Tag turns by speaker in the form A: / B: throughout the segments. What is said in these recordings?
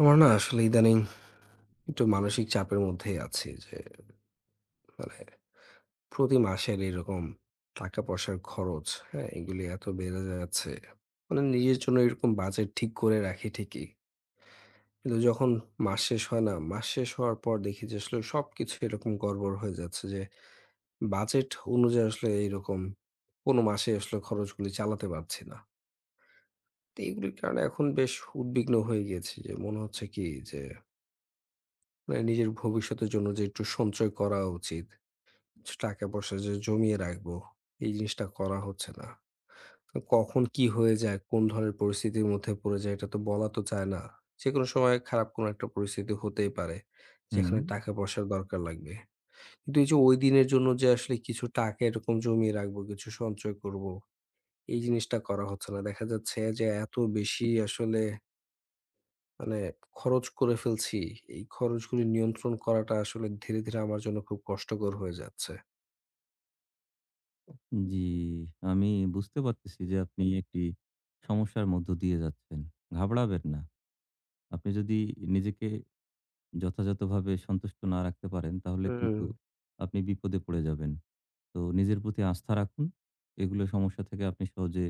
A: আমার না আসলে ইদানিং একটু মানসিক চাপের মধ্যেই আছি যে মানে প্রতি মাসের এরকম টাকা পয়সার খরচ, হ্যাঁ? এগুলি এত বেড়ে যাচ্ছে। মানে নিজের জন্য এরকম বাজেট ঠিক করে রাখি ঠিকই। কিন্তু যখন মাস শেষ হয় না, মাস শেষ হওয়ার পর দেখি যে আসলে সবকিছু এরকম গড়বড় হয়ে যাচ্ছে যে বাজেট অনুযায়ী আসলে এইরকম কোনো মাসে আসলে খরচগুলি চালাতে পারছি না। তো এগুলির কারণে এখন বেশ উদ্বিগ্ন হয়ে গিয়েছি যে মনে হচ্ছে কি যে মানে নিজের ভবিষ্যতের জন্য যে একটু সঞ্চয় করা উচিত কিছু টাকা পয়সা যে জমিয়ে রাখবো, এই জিনিসটা করা হচ্ছে না। তো কখন কি হয়ে যায়, কোন ধরনের পরিস্থিতির মধ্যে পড়ে যাই এটা তো বলা তো যায় না। যেকোনো সময় খারাপ কোনো একটা পরিস্থিতি হতেই পারে,
B: হুম,
A: যেখানে টাকা পয়সার দরকার লাগবে। কিন্তু এই যে ওই দিনের জন্য যে আসলে কিছু টাকা এরকম জমিয়ে রাখবো, কিছু সঞ্চয় করবো, এই জিনিসটা করা হচ্ছে না। দেখা যাচ্ছে যে এত বেশি আসলে মানে খরচ করে ফেলছি, এই খরচগুলি নিয়ন্ত্রণ করাটা আসলে ধীরে, ধীরে আমার জন্য খুব কষ্টকর হয়ে যাচ্ছে।
B: জি। আমি বুঝতে পারতেছি যে আপনি একটি সমস্যার মধ্য দিয়ে যাচ্ছেন। ঘাবড়াবেন না। আপনি যদি নিজেকে যথাযথভাবে সন্তুষ্ট না রাখতে পারেন তাহলে
A: হুম,
B: কিন্তু আপনি বিপদে পড়ে যাবেন। তো নিজের প্রতি আস্থা রাখুন। এগুলো সমস্যা থেকে আপনি সহজে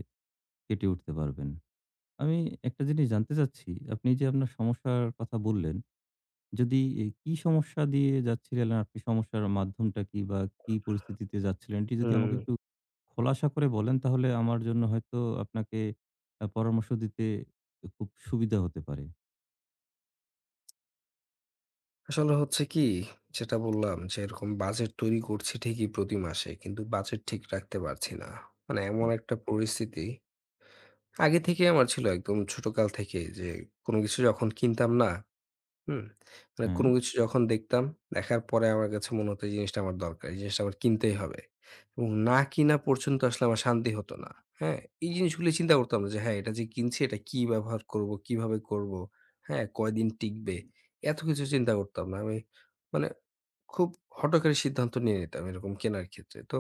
B: কেটে উঠতে পারবেন। আমি একটা জিনিস জানতে চাচ্ছি, আপনি যে আপনার সমস্যার কথা বললেন, যদি এ কি সমস্যা দিয়ে যাচ্ছিলেন আপনি? সমস্যার মাধ্যমটা কি, বা কি পরিস্থিতিতে যাচ্ছিলেন? এটি যদি
A: হুম।
B: আমাকে একটু খোলাসা করে বলেন তাহলে আমার জন্য হয়তো আপনাকে পরামর্শ দিতে খুব সুবিধা হতে পারে।
A: আসলে হচ্ছে কি, যেটা বললাম যে এরকম বাজেট তৈরি করছি ঠিকই প্রতি মাসে। কিন্তু বাজেট ঠিক রাখতে পারছি না। মানে এমন
B: উম
A: একটা পরিস্থিতি আগে থেকেই আমার ছিল একদম ছোটকাল থেকেই যে, কোন কিছু যখন কিনতাম না হুম। মানে
B: হ্যাঁ,
A: কোনো কিছু যখন দেখতাম, দেখার পরে আমার কাছে মনে হতো এই জিনিসটা আমার দরকার। এই জিনিসটা আমার কিনতেই হবে। এবং না কিনা পর্যন্ত আসলে আমার শান্তি হতো না। হ্যাঁ? এই জিনিসগুলো চিন্তা করতাম না যে হ্যাঁ, এটা যে কিনছি এটা কি ব্যবহার করব? কিভাবে করব? হ্যাঁ, কয়দিন টিকবে? এত কিছু চিন্তা করতাম না। আমি মানে খুব হঠকারী সিদ্ধান্ত নিয়ে নিতাম এরকম কেনার ক্ষেত্রে। তো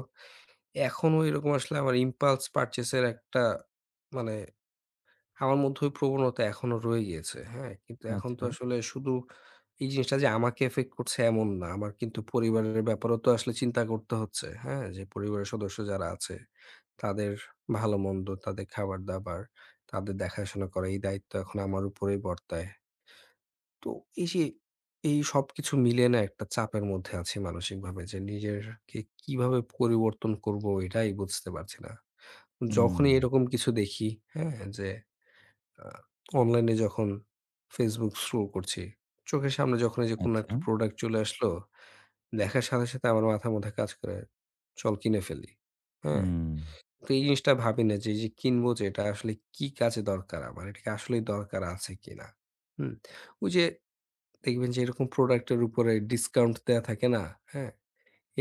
A: এখনো এরকম আসলে আমার impulse purchase এর একটা মানে আমার মধ্যে ওই প্রবণতা এখনো রয়ে গিয়েছে। হ্যাঁ? কিন্তু এখন তো
B: আচ্ছা।
A: আসলে শুধু এই জিনিসটা যে আমাকে এফেক্ট করছে এমন না। আমার কিন্তু পরিবারের ব্যাপারেও তো আসলে চিন্তা করতে হচ্ছে। হ্যাঁ? যে পরিবারের সদস্য যারা আছে তাদের ভালো-মন্দ, তাদের খাবার-দাবার, তাদের দেখাশোনা করা এই দায়িত্ব এখন আমার উপরেই বর্তায়। তো এই যে এই সবকিছু মিলিয়ে না একটা চাপের মধ্যে আছি মানসিকভাবে যে নিজেরকে কিভাবে পরিবর্তন করব এটাই বুঝতে পারছি না।
B: হুম,
A: যখনই এরকম কিছু দেখি, হ্যাঁ? যে আ অনলাইনে যখন Facebook স্ক্রল করছি, চোখের সামনে যখন এই যে কোনো
B: আচ্ছা।
A: একটা প্রোডাক্ট চলে আসলো, দেখার সাথে, সাথে আমার মাথার মধ্যে কাজ করে, "চল কিনে ফেলি।" হ্যাঁ?
B: হুম,
A: তো এই জিনিসটা ভাবি না যে, এই যে কিনবো যে এটা আসলে কি কাজে দরকার আমার? এটা কি আসলেই দরকার আছে কিনা? হুম? ওই যে দেখবেন যে এরকম প্রোডাক্টের উপরে ডিসকাউন্ট দেয়া থাকে না? হ্যাঁ?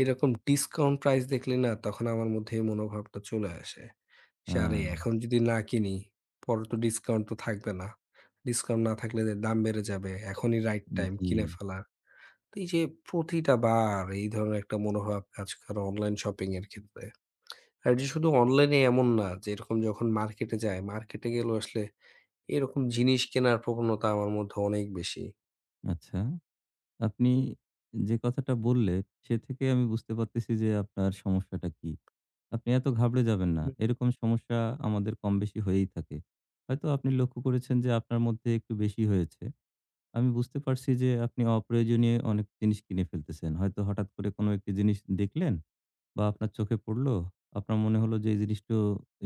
A: এরকম ডিসকাউন্ট প্রাইস দেখলে না তখন আমার মধ্যে এই মনোভাবটা চলে আসে। সে আরে
B: হ্যাঁ,
A: এখন যদি না কিনি, পরে তো ডিসকাউন্ট তো থাকবে না। ডিসকাউন্ট না থাকলে যে দাম বেড়ে যাবে। এখনই রাইট টাইম
B: জি,
A: কিনে ফেলার। তো এই যে প্রতিটা বার এই ধরনের একটা মনোভাব কাজ করে অনলাইন শপিং এর ক্ষেত্রে। আর যে শুধু অনলাইনে এমন না যে এরকম যখন মার্কেটে যায়, মার্কেটে গেলেও আসলে এরকম জিনিস কেনার প্রবণতা আমার মধ্যে অনেক বেশি।
B: আচ্ছা। আপনি যে কথাটা বললেন সে থেকে আমি বুঝতে পারতেছি যে আপনার সমস্যাটা কি। আপনি এত ঘাবড়ে যাবেন না।
A: হুম,
B: এরকম সমস্যা আমাদের কমবেশি হয়েই থাকে। হয়তো আপনি লক্ষ্য করেছেন যে আপনার মধ্যে একটু বেশি হয়েছে। আমি বুঝতে পারছি যে আপনি অপ্রয়োজনীয় অনেক জিনিস কিনে ফেলতেছেন। হয়তো হঠাৎ করে কোনো একটি জিনিস দেখলেন বা আপনার চোখে পড়ল। আপনার মনে হলো যে এই জিনিসটো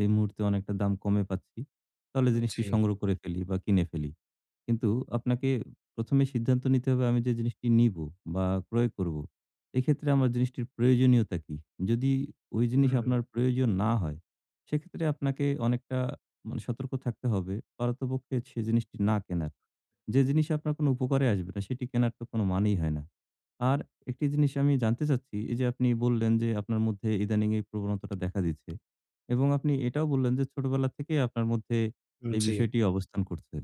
B: এই মুহূর্তে অনেকটা দাম কমে পাচ্ছি। তাহলে জিনিসটি
A: জি,
B: সংগ্রহ করে ফেলি বা কিনে ফেলি। কিন্তু আপনাকে ১ম এ সিদ্ধান্ত নিতে হবে আমি যে জিনিসটি নিবো বা ক্রয় করব, এক্ষেত্রে আমার জিনিসটির প্রয়োজনীয়তা কি? যদি ওই জিনিস
A: হুম,
B: আপনার প্রয়োজন না হয়, সেক্ষেত্রে আপনাকে অনেকটা মানে সতর্ক থাকতে হবে পারতপক্ষে সে জিনিসটি না কেনার। যে জিনিস আপনার কোনো উপকারে আসবে না, সেটি কেনার তো কোনো মানেই হয় না। আর একটি জিনিস আমি জানতে চাচ্ছি, এই যে আপনি বললেন যে আপনার মধ্যে ইদানিং এই প্রবণতাটা দেখা দিচ্ছে এবং আপনি এটাও বললেন যে ছোটবেলা থেকেই আপনার মধ্যে
A: হুম,
B: এই
A: জি।
B: বিষয়টি অবস্থান করছে।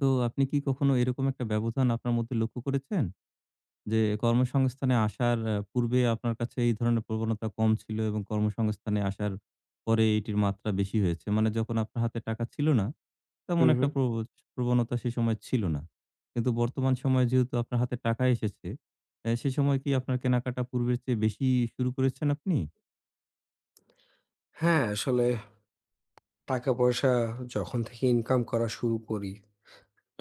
B: তো আপনি কি কখনো এরকম একটা ব্যবধান আপনার মধ্যে লক্ষ্য করেছেন? যে কর্মসংস্থানে আসার পূর্বে আপনার কাছে এই ধরনের প্রবণতা কম ছিল এবং কর্মসংস্থানে আসার পরে এটির মাত্রা বেশি হয়েছে। মানে যখন আপনার হাতে টাকা ছিল না, তেমন
A: হুম,
B: একটা
A: হুম।
B: প্রবণতা সে সময় ছিল না। কিন্তু বর্তমান সময়ে যেহেতু আপনার হাতে টাকা এসেছে, সে সময় কি আপনার কেনাকাটা পূর্বের চেয়ে বেশি শুরু করেছেন আপনি?
A: হ্যাঁ, আসলে টাকা পয়সা যখন থেকে ইনকাম করা শুরু করি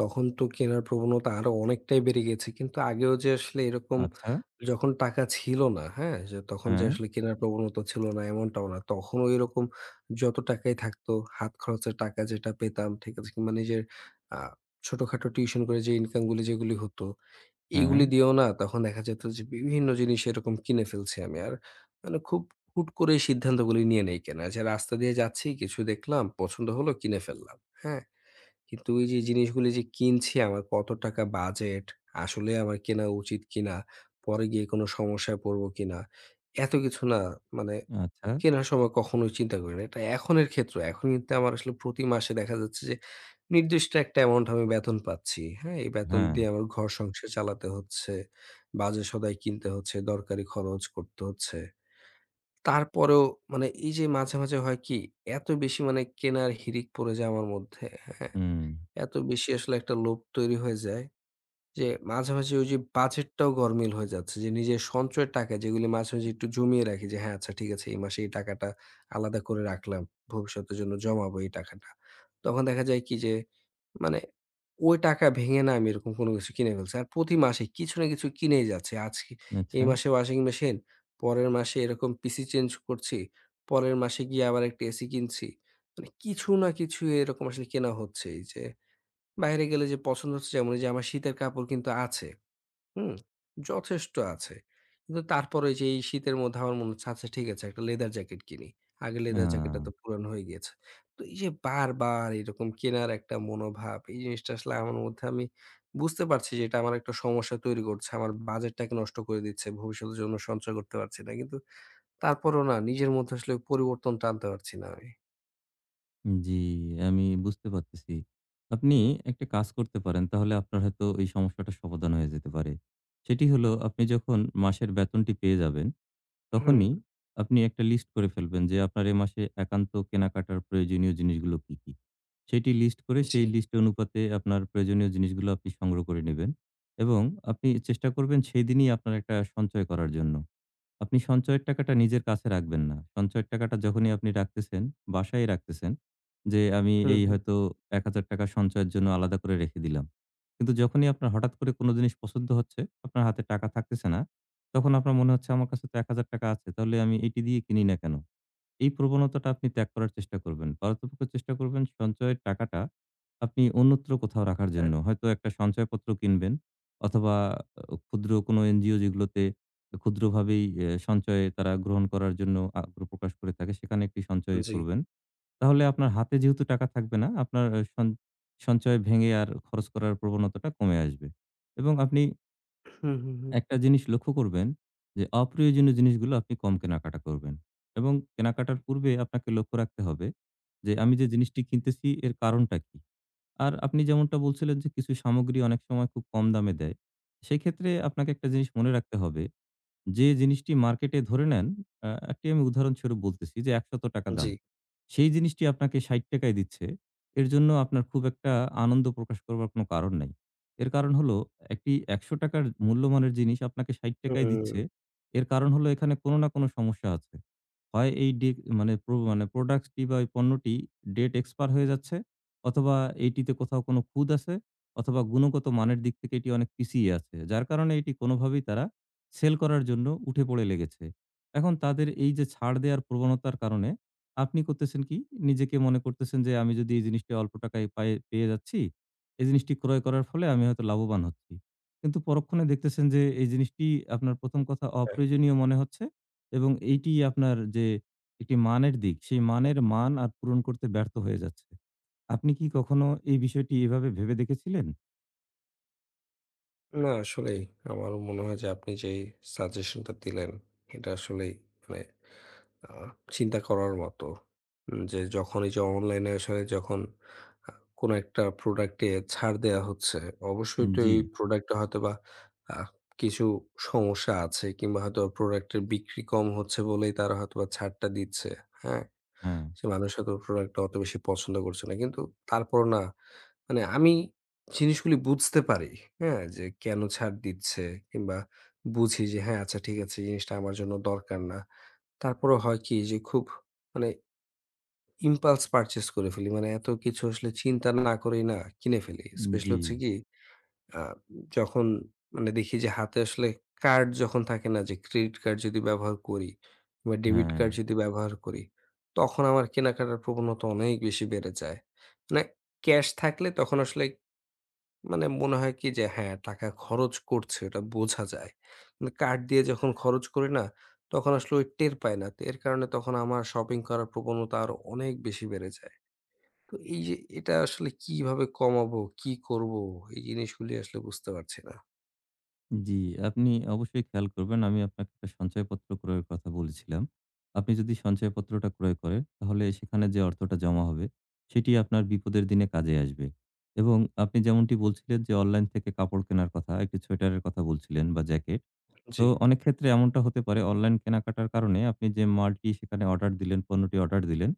A: তখন তো কেনার প্রবণতা আরো অনেকটাই বেড়ে গেছে। কিন্তু আগেও যে আসলে এরকম
B: আচ্ছা।
A: যখন টাকা ছিল না, হ্যাঁ? যে তখন যে
B: হ্যাঁ,
A: আসলে কেনার প্রবণতা ছিল না এমনটাও না। তখনও এরকম যত টাকাই থাকতো হাত খরচের টাকা যেটা পেতাম, ঠিক আছে? কিংবা নিজের আ ছোটখাটো টিউশন করে যে ইনকাম গুলি যেগুলি হতো,
B: হ্যাঁ,
A: এগুলি দিয়েও না তখন দেখা যেত যে বিভিন্ন জিনিস এরকম কিনে ফেলছি আমি। আর মানে খুব হুট করে সিদ্ধান্তগুলি নিয়ে নেই কেনার। যে রাস্তা দিয়ে যাচ্ছি কিছু দেখলাম, পছন্দ হলো কিনে ফেললাম। হ্যাঁ? কিন্তু ওই যে জিনিসগুলি যে কিনছি আমার কত টাকা বাজেট, আসলে আমার কেনা উচিত কিনা, পরে গিয়ে কোনো সমস্যায় পড়বো কিনা, এত কিছু না মানে
B: আচ্ছা,
A: কেনার সময় কখনোই চিন্তা করি না। এটা এখনের ক্ষেত্র। এখন কিন্তু আমার আসলে প্রতি মাসে দেখা যাচ্ছে যে নির্দিষ্ট একটা অ্যামাউন্ট আমি বেতন পাচ্ছি। হ্যাঁ? এই বেতন
B: হ্যাঁ,
A: দিয়ে আমার ঘর সংসার চালাতে হচ্ছে, বাজার-সদাই কিনতে হচ্ছে, দরকারি খরচ করতে হচ্ছে। তারপরেও মানে এই যে মাঝে, মাঝে হয় কি এত বেশি মানে কেনার হিড়িক পড়ে যায় আমার মধ্যে, হ্যাঁ?
B: হুম,
A: এত বেশি আসলে একটা লোভ তৈরি হয়ে যায় যে মাঝামাঝি ওই যে বাজেটটাও গরমিল হয়ে যাচ্ছে যে নিজের সঞ্চয়ের টাকা যেগুলি মাঝামাঝি একটু জমিয়ে রাখি যে হ্যাঁ আচ্ছা ঠিক আছে এই মাসে এই টাকাটা আলাদা করে রাখলাম ভবিষ্যতের জন্য জমাবো এই টাকাটা তখন দেখা যায় কি যে মানে ওই টাকা ভেঙে না আমি এরকম কোনো কিছু কিনে ফেলছি আর প্রতি মাসে কিছু না কিছু কিনেই যাচ্ছে আজকে এই
B: আচ্ছা,
A: মাসে ওয়াশিং মেশিন পরের মাসে এরকম পিসি চেঞ্জ করছি পরের মাসে গিয়ে আবার একটা এসি কিনছি মানে কিছু না কিছু এরকম আসলে কেনা হচ্ছে এই যে বাইরে গেলে যে পছন্দ হচ্ছে যেমন এই যে আমার শীতের কাপড় কিন্তু আছে। হুম? যথেষ্ট আছে। কিন্তু তারপরে যে এই শীতের মধ্যে আমার মনে হচ্ছে, আচ্ছা ঠিক আছে একটা লেদার জ্যাকেট কিনি। আগে
B: আ
A: লেদার জ্যাকেটটা তো পুরানো হয়ে গিয়েছে। তো এই যে বারবার এরকম কেনার একটা মনোভাব, এই জিনিসটা আসলে আমার মধ্যে আমি বুঝতে পারছি যে এটা আমার একটা সমস্যা তৈরি করছে। আমার বাজেটটাকে নষ্ট করে দিচ্ছে। ভবিষ্যতের জন্য সঞ্চয় করতে পারছি না। কিন্তু তারপরেও না নিজের মধ্যে আসলে পরিবর্তনটা আনতে পারছি না আমি।
B: জি, আমি বুঝতে পারতেছি। আপনি একটা কাজ করতে পারেন। তাহলে আপনার হয়তো এই সমস্যাটার সমাধান হয়ে যেতে পারে। সেটি হলো আপনি যখন মাসের বেতনটি পেয়ে যাবেন,
A: হুম,
B: তখনই আপনি একটা লিস্ট করে ফেলবেন যে আপনার এ মাসে একান্ত কেনাকাটার প্রয়োজনীয় জিনিসগুলো কী, কী? সেটি লিস্ট করে
A: জি।
B: সেই লিস্ট অনুপাতে আপনার প্রয়োজনীয় জিনিসগুলো আপনি সংগ্রহ করে নেবেন এবং আপনি চেষ্টা করবেন সেইদিনই আপনার একটা সঞ্চয় করার জন্য। আপনি সঞ্চয়ের টাকাটা নিজের কাছে রাখবেন না। সঞ্চয়ের টাকাটা যখনই আপনি রাখতেছেন, বাসায় রাখতেছেন যে, আমি
A: হুম,
B: এই
A: হুম।
B: হয়তো ৳১,০০০ সঞ্চয়ের জন্য আলাদা করে রেখে দিলাম। কিন্তু যখনই আপনার হঠাৎ করে কোনো জিনিস পছন্দ হচ্ছে, আপনার হাতে টাকা থাকতেছে না, তখন আপনার মনে হচ্ছে আমার কাছে তো ৳১,০০০ আছে। তাহলে আমি এটি দিয়ে কিনি না কেন? এই প্রবণতাটা আপনি ত্যাগ করার চেষ্টা করবেন। পারতপক্ষে চেষ্টা করবেন সঞ্চয়ের টাকাটা আপনি অন্যত্র কোথাও রাখার
A: হ্যাঁ,
B: জন্য। হয়তো একটা সঞ্চয়পত্র কিনবেন অথবা ক্ষুদ্র কোনো এনজিও যেগুলোতে ক্ষুদ্রভাবেই এ সঞ্চয়ে তারা গ্রহণ করার জন্য আগ্রহ প্রকাশ করে থাকে, সেখানে একটি সঞ্চয়
A: জি।
B: করবেন। তাহলে আপনার হাতে যেহেতু টাকা থাকবে না, আপনার সন সঞ্চয় ভেঙে আর খরচ করার প্রবণতাটা কমে আসবে এবং আপনি
A: হুম, হুম, হুম।
B: একটা জিনিস লক্ষ্য করবেন যে, অপ্রয়োজনীয় জিনিসগুলো আপনি কম কেনাকাটা করবেন এবং কেনাকাটার পূর্বে আপনাকে লক্ষ্য রাখতে হবে যে, আমি যে জিনিসটি কিনতেছি এর কারণটা কি? আর আপনি যেমনটা বলছিলেন যে, কিছু সামগ্রী অনেক সময় খুব কম দামে দেয়। সেক্ষেত্রে আপনাকে একটা জিনিস মনে রাখতে হবে, যে জিনিসটি মার্কেটে ধরে নেন, একটি আমি উদাহরণস্বরূপ বলতেছি যে, ৳১০০
A: জি।
B: দাম। সেই জিনিসটি আপনাকে ৳৬০ য় দিচ্ছে। এর জন্য আপনার খুব একটা আনন্দ প্রকাশ করবার কোনো কারণ নাই। এর কারণ হলো একটি ৳১০০ র মূল্যমানের জিনিস আপনাকে ৳৬০ য়
A: হুম,
B: দিচ্ছে। এর কারণ হলো এখানে কোনো না কোনো সমস্যা আছে। হয় এই ডে মানে প্রো মানে প্রোডাক্টসটি বা ওই পণ্যটি ডেট expire হয়ে যাচ্ছে অথবা এইটিতে কোথাও কোনো খুঁত আছে অথবা গুণগত মানের দিক থেকে এটি অনেক পিছিয়ে আছে। যার কারণে এটি কোনোভাবেই তারা সেল করার জন্য উঠে পড়ে লেগেছে। এখন তাদের এই যে ছাড় দেওয়ার প্রবণতার কারণে আপনি করতেছেন কি? নিজেকে মনে করতেছেন যে, আমি যদি এই জিনিসটা অল্প টাকায় পায়ে পেয়ে যাচ্ছি, এই জিনিসটি ক্রয় করার ফলে আমি হয়তো লাভবান হচ্ছি। কিন্তু পরক্ষণে দেখতেছেন যে, এই জিনিসটি আপনার ১ম কথা
A: হ্যাঁ।
B: অপ্রয়োজনীয় মনে হচ্ছে এবং এইটি আপনার যে একটি মানের দিক, সেই মানের মান আর পূরণ করতে ব্যর্থ হয়ে যাচ্ছে। আপনি কি কখনো এই বিষয়টি এভাবে ভেবে দেখেছিলেন?
A: না আসলেই আমারও মনে হয় যে আপনি যেই সাজেশনটা দিলেন এটা আসলেই মানে আ চিন্তা করার মতো। যে যখন এই যে অনলাইনে আসলে যখন আ কোনো একটা প্রোডাক্টে ছাড় দেয়া হচ্ছে, অবশ্যই তো
B: জি,
A: এই প্রোডাক্টটা হয়তোবা আ কিছু সমস্যা আছে কিংবা হয়তো প্রোডাক্টের বিক্রি কম হচ্ছে বলেই তারা হয়তোবা ছাড়টা দিচ্ছে। হ্যাঁ?
B: হ্যাঁ,
A: যে মানুষ হয়তো প্রোডাক্টটা অত বেশি পছন্দ করছে না। কিন্তু তারপরও না মানে আমি জিনিসগুলি বুঝতে পারি, হ্যাঁ? যে কেন ছাড় দিচ্ছে কিংবা বুঝি যে হ্যাঁ, আচ্ছা ঠিক আছে জিনিসটা আমার জন্য দরকার না। তারপরেও হয় কি যে খুব মানে impulse purchase করে ফেলি। মানে এত কিছু আসলে চিন্তা না করেই না কিনে ফেলি। স্পেশালি
B: জি,
A: হচ্ছে কি আ যখন মানে দেখি যে হাতে আসলে কার্ড যখন থাকে না যে ক্রেডিট কার্ড যদি ব্যবহার করি বা ডেবিট
B: হ্যাঁ।
A: কার্ড যদি ব্যবহার করি, তখন আমার কেনাকাটার প্রবণতা অনেক বেশি বেড়ে যায়। মানে ক্যাশ থাকলে তখন আসলে মানে মনে হয় কি যে হ্যাঁ, টাকা খরচ করছে এটা বোঝা যায়। কিন্তু কার্ড দিয়ে যখন খরচ করি না, তখন আসলে ওই টের পাই না। তো এর কারণে তখন আমার শপিং করার প্রবণতা আরো অনেক বেশি বেড়ে যায়। তো এই যে এটা আসলে কিভাবে কমাবো? কি করবো? এই জিনিসগুলি আসলে বুঝতে পারছি না।
B: জি, আপনি অবশ্যই খেয়াল করবেন। আমি আপনাকে একটা সঞ্চয়পত্র ক্রয়ের কথা বলেছিলাম। আপনি যদি সঞ্চয়পত্রটা ক্রয় করেন, তাহলে সেখানে যে অর্থটা জমা হবে, সেটি আপনার বিপদের দিনে কাজে আসবে। এবং আপনি যেমনটি বলছিলেন যে, অনলাইন থেকে কাপড় কেনার কথা, একটি সোয়েটারের কথা বলছিলেন বা জ্যাকেট।
A: জি।
B: তো অনেক ক্ষেত্রে এমনটা হতে পারে অনলাইন কেনাকাটার কারণে আপনি যে মালটি সেখানে অর্ডার দিলেন, পণ্যটি অর্ডার দিলেন,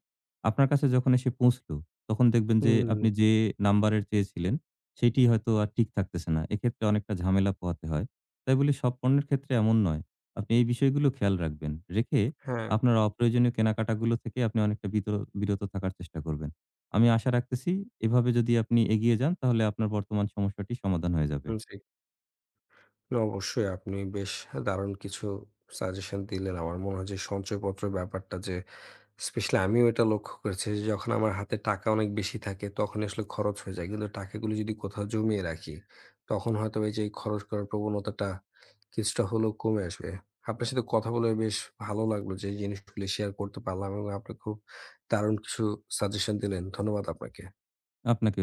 B: আপনার কাছে যখন এসে পৌঁছলো, তখন দেখবেন যে
A: হুম,
B: আপনি যে নাম্বারের চেয়েছিলেন, সেটি হয়তো আর ঠিক থাকতেছে না। এক্ষেত্রে অনেকটা ঝামেলা পোহাতে হয়। তাই বলে সব পণ্যের ক্ষেত্রে এমন নয়। আপনি এই বিষয়গুলো খেয়াল রাখবেন। রেখে
A: হ্যাঁ,
B: আপনার অপ্রয়োজনীয় কেনাকাটাগুলো থেকে আপনি অনেকটা বিরত থাকার চেষ্টা করবেন। আমি আশা রাখতেছি এভাবে যদি আপনি এগিয়ে যান, তাহলে আপনার বর্তমান সমস্যাটি সমাধান হয়ে যাবে।
A: জি। না অবশ্যই আপনি বেশ দারুণ কিছু সাজেশন দিলেন। আমার মনে হয় যে সঞ্চয়পত্রের ব্যাপারটা যে স্পেশালি আমিও এটা লক্ষ্য করেছি যে যখন আমার হাতে টাকা অনেক বেশি থাকে তখন আসলে খরচ হয়ে যায়। কিন্তু টাকাগুলো যদি কোথাও জমিয়ে রাখি, তখন হয়তো এই যে এই খরচ করার প্রবণতাটা কিছুটা হলেও কমে আসবে। আপনার সাথে কথা বলে বেশ ভালো লাগলো যে এই জিনিসগুলো শেয়ার করতে পারলাম এবং আপনি খুব দারুণ কিছু সাজেশন দিলেন। ধন্যবাদ আপনাকে।
B: আপনাকেও